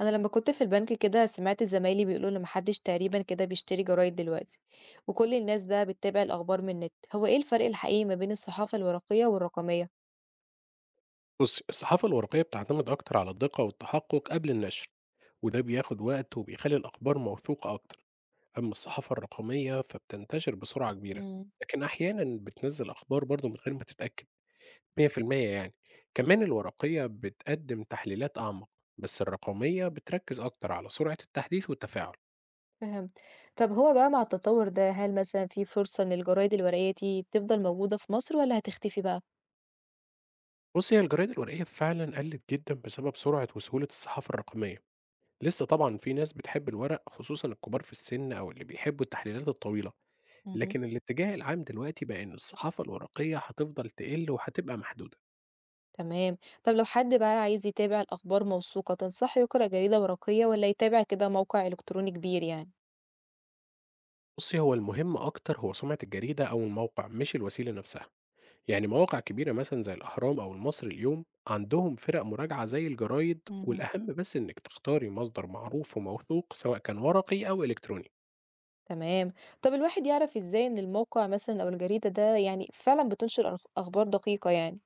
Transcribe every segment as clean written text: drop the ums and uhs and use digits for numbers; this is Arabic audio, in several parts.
انا لما كنت في البنك كده سمعت زمايلي بيقولوا ان محدش تقريبا كده بيشتري جرايد دلوقتي، وكل الناس بقى بتتابع الاخبار من النت. هو ايه الفرق الحقيقي ما بين الصحافة الورقية والرقمية؟ بص، الصحافة الورقية بتعتمد أكتر على الدقة والتحقق قبل النشر، وده بياخد وقت وبيخلي الأخبار موثوقة أكتر. أما الصحافة الرقمية فبتنتشر بسرعة كبيرة، مم. لكن أحيانا بتنزل أخبار برضو من غير ما تتأكد 100% يعني. كمان الورقية بتقدم تحليلات أعمق، بس الرقمية بتركز أكتر على سرعة التحديث والتفاعل. فهمت. طب هو بقى مع التطور ده هل مثلا في فرصة ان الجرايد الورقية دي تفضل موجودة في مصر ولا هتختفي بقى؟ بص، هي الجرايد الورقية فعلا قلت جدا بسبب سرعة وسهولة الصحافة الرقمية. لسه طبعا في ناس بتحب الورق، خصوصا الكبار في السن أو اللي بيحبوا التحليلات الطويلة. مهم. لكن الاتجاه العام دلوقتي بقى إن الصحافة الورقية هتفضل تقل وهتبقى محدودة. تمام. طب لو حد بقى عايز يتابع الاخبار موثوقة تنصحه يقرأ جريدة ورقية ولا يتابع كده موقع الكتروني كبير يعني؟ بُصّي، هو المهم أكتر هو سمعة الجريدة أو الموقع مش الوسيلة نفسها. يعني مواقع كبيرة مثلًا زي الأهرام أو المصري اليوم، عندهم فرق مراجعة زي الجرايد، مهم. والأهم بس إنِّك تختاري مصدر معروف وموثوق سواء كان ورقي أو إلكتروني. تمام. طب الواحد يعرف إزاي إن الموقع مثلًا أو الجريدة ده يعني فعلًا بتنشر أخبار دقيقة يعني؟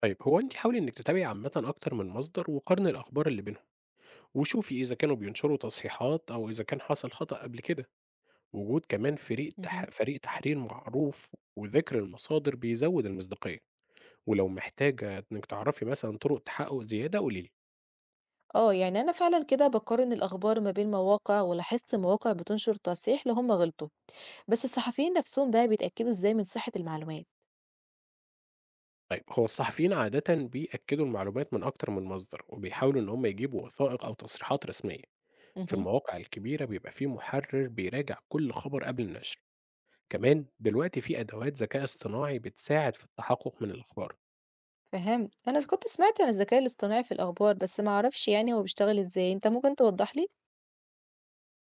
طيب، هو أنتِ حاولي إنِّك تتابعي عامةً أكتر من مصدر وقارني الأخبار اللي بينهم، وشوفي إذا كانوا بينشروا تصحيحات أو إذا كان حصل خطأ قبل كده. وجود كمان اهم. فريق تحرير معروف وذكر المصادر بيزود المصداقية، ولو محتاجة إنِّك تعرفي مثلًا طرق تحقق زيادة قولي لي. آه، يعني أنا فعلًا كده باقارن الأخبار ما بين مواقع، ولاحظت مواقع بتنشر تصحيح لو هم غلطوا، بس الصحفيين نفسهم بقى بيتأكدوا إزاي من صحة المعلومات؟ طيب، هو الصحفيين عادةً بيأكدوا المعلومات من أكتر من مصدر، وبيحاولوا إن هم يجيبوا وثائق أو تصريحات رسمية. في اهم. المواقع الكبيرة بيبقى في محرر بيراجع كل خبر قبل النشر. كمان دلوقتي في أدوات ذكاء اصطناعي بتساعد في التحقق من الأخبار. فهمت. أنا كنت سمعت عن الذكاء الاصطناعي في الأخبار، بس ما أعرفش يعني هو بيشتغل إزاي، أنت ممكن توضح لي؟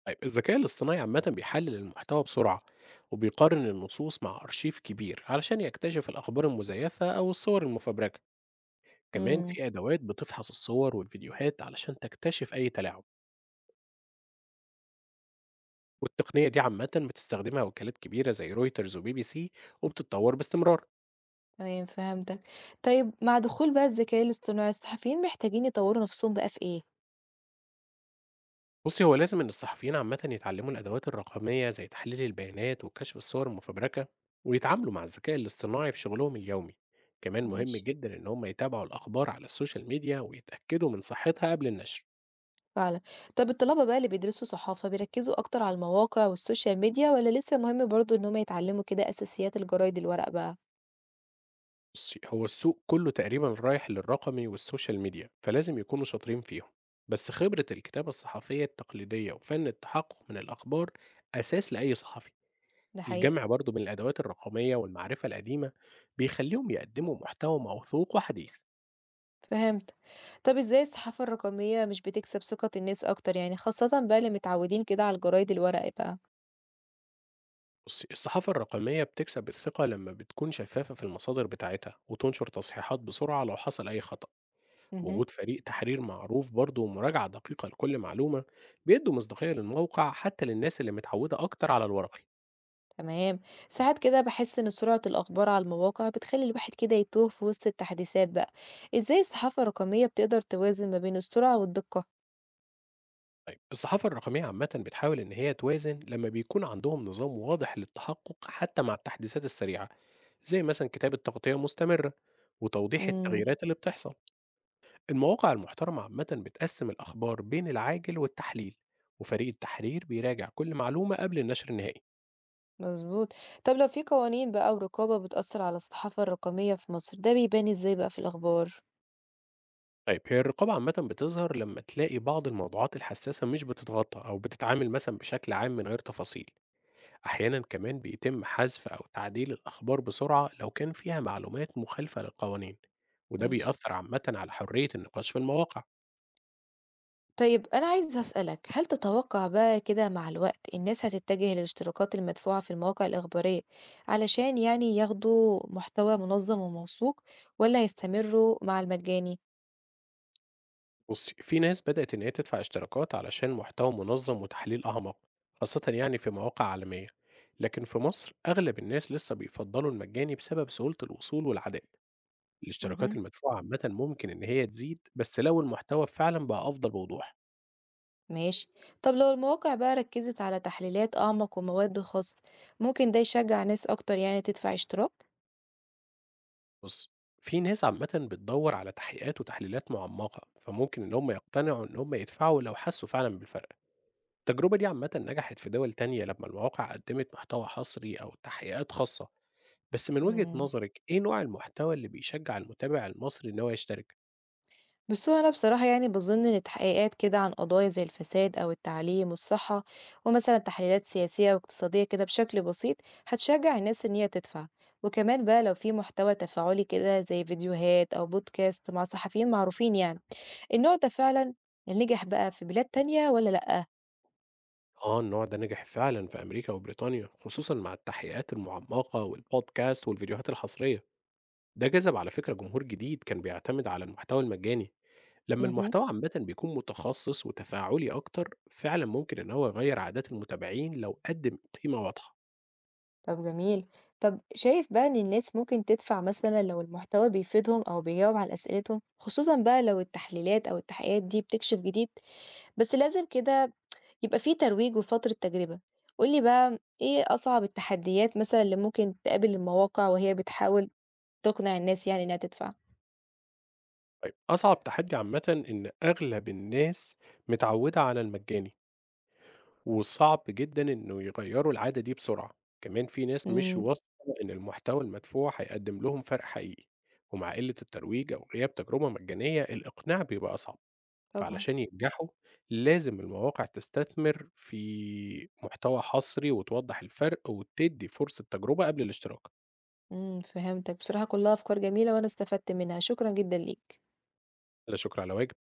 طيب، الذكاء الاصطناعي عامة بيحلل المحتوى بسرعة، وبيقارن النصوص مع أرشيف كبير علشان يكتشف الأخبار المزيفة أو الصور المفبركة. كمان إمم. في أدوات بتفحص الصور والفيديوهات علشان تكتشف أي تلاعب. والتقنية دي عامة بتستخدمها وكالات كبيرة زي رويترز وبي بي سي، وبتتطور باستمرار. تمام فهمتك. طيب مع دخول بقى الذكاء الاصطناعي، الصحفيين محتاجين يطوروا نفسهم بقى في إيه؟ بُصّي، هو لازم إن الصحفيين عامةً يتعلموا الأدوات الرقمية زي تحليل البيانات وكشف الصور المفبركة، ويتعاملوا مع الذكاء الاصطناعي في شغلهم اليومي. كمان مهم ماشي. جدًا إن هم يتابعوا الأخبار على السوشيال ميديا ويتأكدوا من صحتها قبل النشر. فعلًا. طب الطلبة بقى اللي بيدرسوا صحافة بيركّزوا أكتر على المواقع والسوشيال ميديا والّا لسه مهم برضه إن هم يتعلموا كده أساسيات الجرايد الورق بقى؟ بُصّي، هو السوق كله تقريبًا رايح للرقمي والسوشيال ميديا، فلازم يكونوا شاطرين فيهم. بس خبرة الكتابة الصحفية التقليدية وفن التحقق من الأخبار أساس لأي صحفي. ده حقيقي. الجمع برضه بين الأدوات الرقمية والمعرفة القديمة بيخلّيهم يقدموا محتوى موثوق وحديث. فهمت. طب إزاي الصحافة الرقمية مش بتكسب ثقة الناس أكتر يعني خاصةً بقى اللي متعودين كده على الجرايد الورق بقى؟ بصي، الصحافة الرقمية بتكسب الثقة لما بتكون شفافة في المصادر بتاعتها وتنشر تصحيحات بسرعة لو حصل أي خطأ. اهم. وجود فريق تحرير معروف برضه ومراجعة دقيقة لكل معلومة بيدوا مصداقية للموقع حتى للناس اللي متعودة أكتر على الورقي. تمام. ساعات كده باحس إن سرعة الأخبار على المواقع بتخلّي الواحد كده يتوه في وسط التحديثات بقى. إزاي الصحافة الرقمية بتقدر توازن ما بين السرعة والدقة؟ طيب، الصحافة الرقمية عامة بتحاول إن هي توازن لما بيكون عندهم نظام واضح للتحقق حتى مع التحديثات السريعة، زي مثلا كتابة تغطية مستمرة وتوضيح إمم. التغييرات اللي بتحصل. المواقع المحترمة عامة بتقسم الأخبار بين العاجل والتحليل، وفريق التحرير بيراجع كل معلومة قبل النشر النهائي. مظبوط. طب لو في قوانين بقى ورقابة بتأثّر على الصحافة الرقمية في مصر، ده بيبان إزاي بقى في الأخبار؟ طيب، هي الرقابة عامة بتظهر لما تلاقي بعض الموضوعات الحساسة مش بتتغطى أو بتتعامل مثلا بشكل عام من غير تفاصيل. أحيانا كمان بيتم حذف أو تعديل الأخبار بسرعة لو كان فيها معلومات مخالفة للقوانين، وده ماشي. بيأثر عامة على حرية النقاش في المواقع. طيب أنا عايزة أسألك، هل تتوقع بقى كده مع الوقت الناس هتتجه للاشتراكات المدفوعة في المواقع الإخبارية علشان يعني ياخدوا محتوى منظّم وموثوق والّا هيستمروا مع المجاني؟ بصي، في ناس بدأت إن هي تدفع اشتراكات علشان محتوى منظم وتحليل أعمق، خاصة يعني في مواقع عالمية. لكن في مصر أغلب الناس لسه بيفضلوا المجاني بسبب سهولة الوصول والعادات. الاشتراكات اهم. المدفوعة عامة ممكن إن هي تزيد بس لو المحتوى فعلا بقى أفضل بوضوح. ماشي. طب لو المواقع بقى ركّزت على تحليلات أعمق ومواد خاصة، ممكن ده يشجّع ناس أكتر يعني تدفع اشتراك؟ بص، في ناس عامة بتدور على تحقيقات وتحليلات معمقة فممكن إن هم يقتنعوا إن هم يدفعوا لو حسوا فعلا بالفرق. التجربة دي عامة نجحت في دول تانية لما المواقع قدمت محتوى حصري أو تحقيقات خاصة. بس من وجهة إمم. نظرِك إيه نوع المحتوى اللي بيشجّع المتابع المصري إن هو يشترك؟ بس هو أنا بصراحة يعني باظن إن التحقيقات كده عن قضايا زي الفساد أو التعليم والصحة، ومثلا تحليلات سياسية واقتصادية كده بشكل بسيط، هتشجع الناس إن هي تدفع. وكمان بقى لو في محتوى تفاعلي كده زي فيديوهات أو بودكاست مع صحفيين معروفين يعني، النوع ده فعلا نجح بقى في بلاد تانية ولا لأ؟ آه، النوع ده نجح فعلًا في أمريكا وبريطانيا، خصوصًا مع التحقيقات المعمّقة والpodcast والفيديوهات الحصرية. ده جذب على فكرة جمهور جديد كان بيعتمد على المحتوى المجاني. لمّا مهم. المحتوى عامةً بيكون متخصص وتفاعلي أكتر، فعلًا ممكن إن هو يغيّر عادات المتابعين لو قدّم قيمة واضحة. طب جميل. طب شايف بقى إن الناس ممكن تدفع مثلا لو المحتوى بيفيدهم أو بيجاوب على أسئلتهم خصوصا بقى لو التحليلات أو التحقيقات دي بتكشف جديد، بس لازم كده يبقى في ترويج وفترة تجربة. قُل لي بقى إيه أصعب التحديات مثلًا اللي ممكن تقابل المواقع وهي بتحاول تقنع الناس يعني إنها تدفع؟ طيب، أصعب تحدي عامةً إن أغلب الناس متعوّدة على المجاني. وصعب جدًا إنه يغيّروا العادة دي بسرعة، كمان في ناس مش إمم، واثقة إن المحتوى المدفوع هيقدّم لهم فرق حقيقي، ومع قِلّة الترويج أو غياب تجربة مجانية الإقناع بيبقى أصعب، طبعًا، فعلشان ينجحوا لازم المواقع تستثمر في محتوى حصري وتوضّح الفرق وتدّي فرصة تجربة قبل الاشتراك. إمم، فهمتك. بصراحة كلها أفكار جميلة وأنا استفدت منها، شكرًا جدًا ليك. لا شكر على واجب.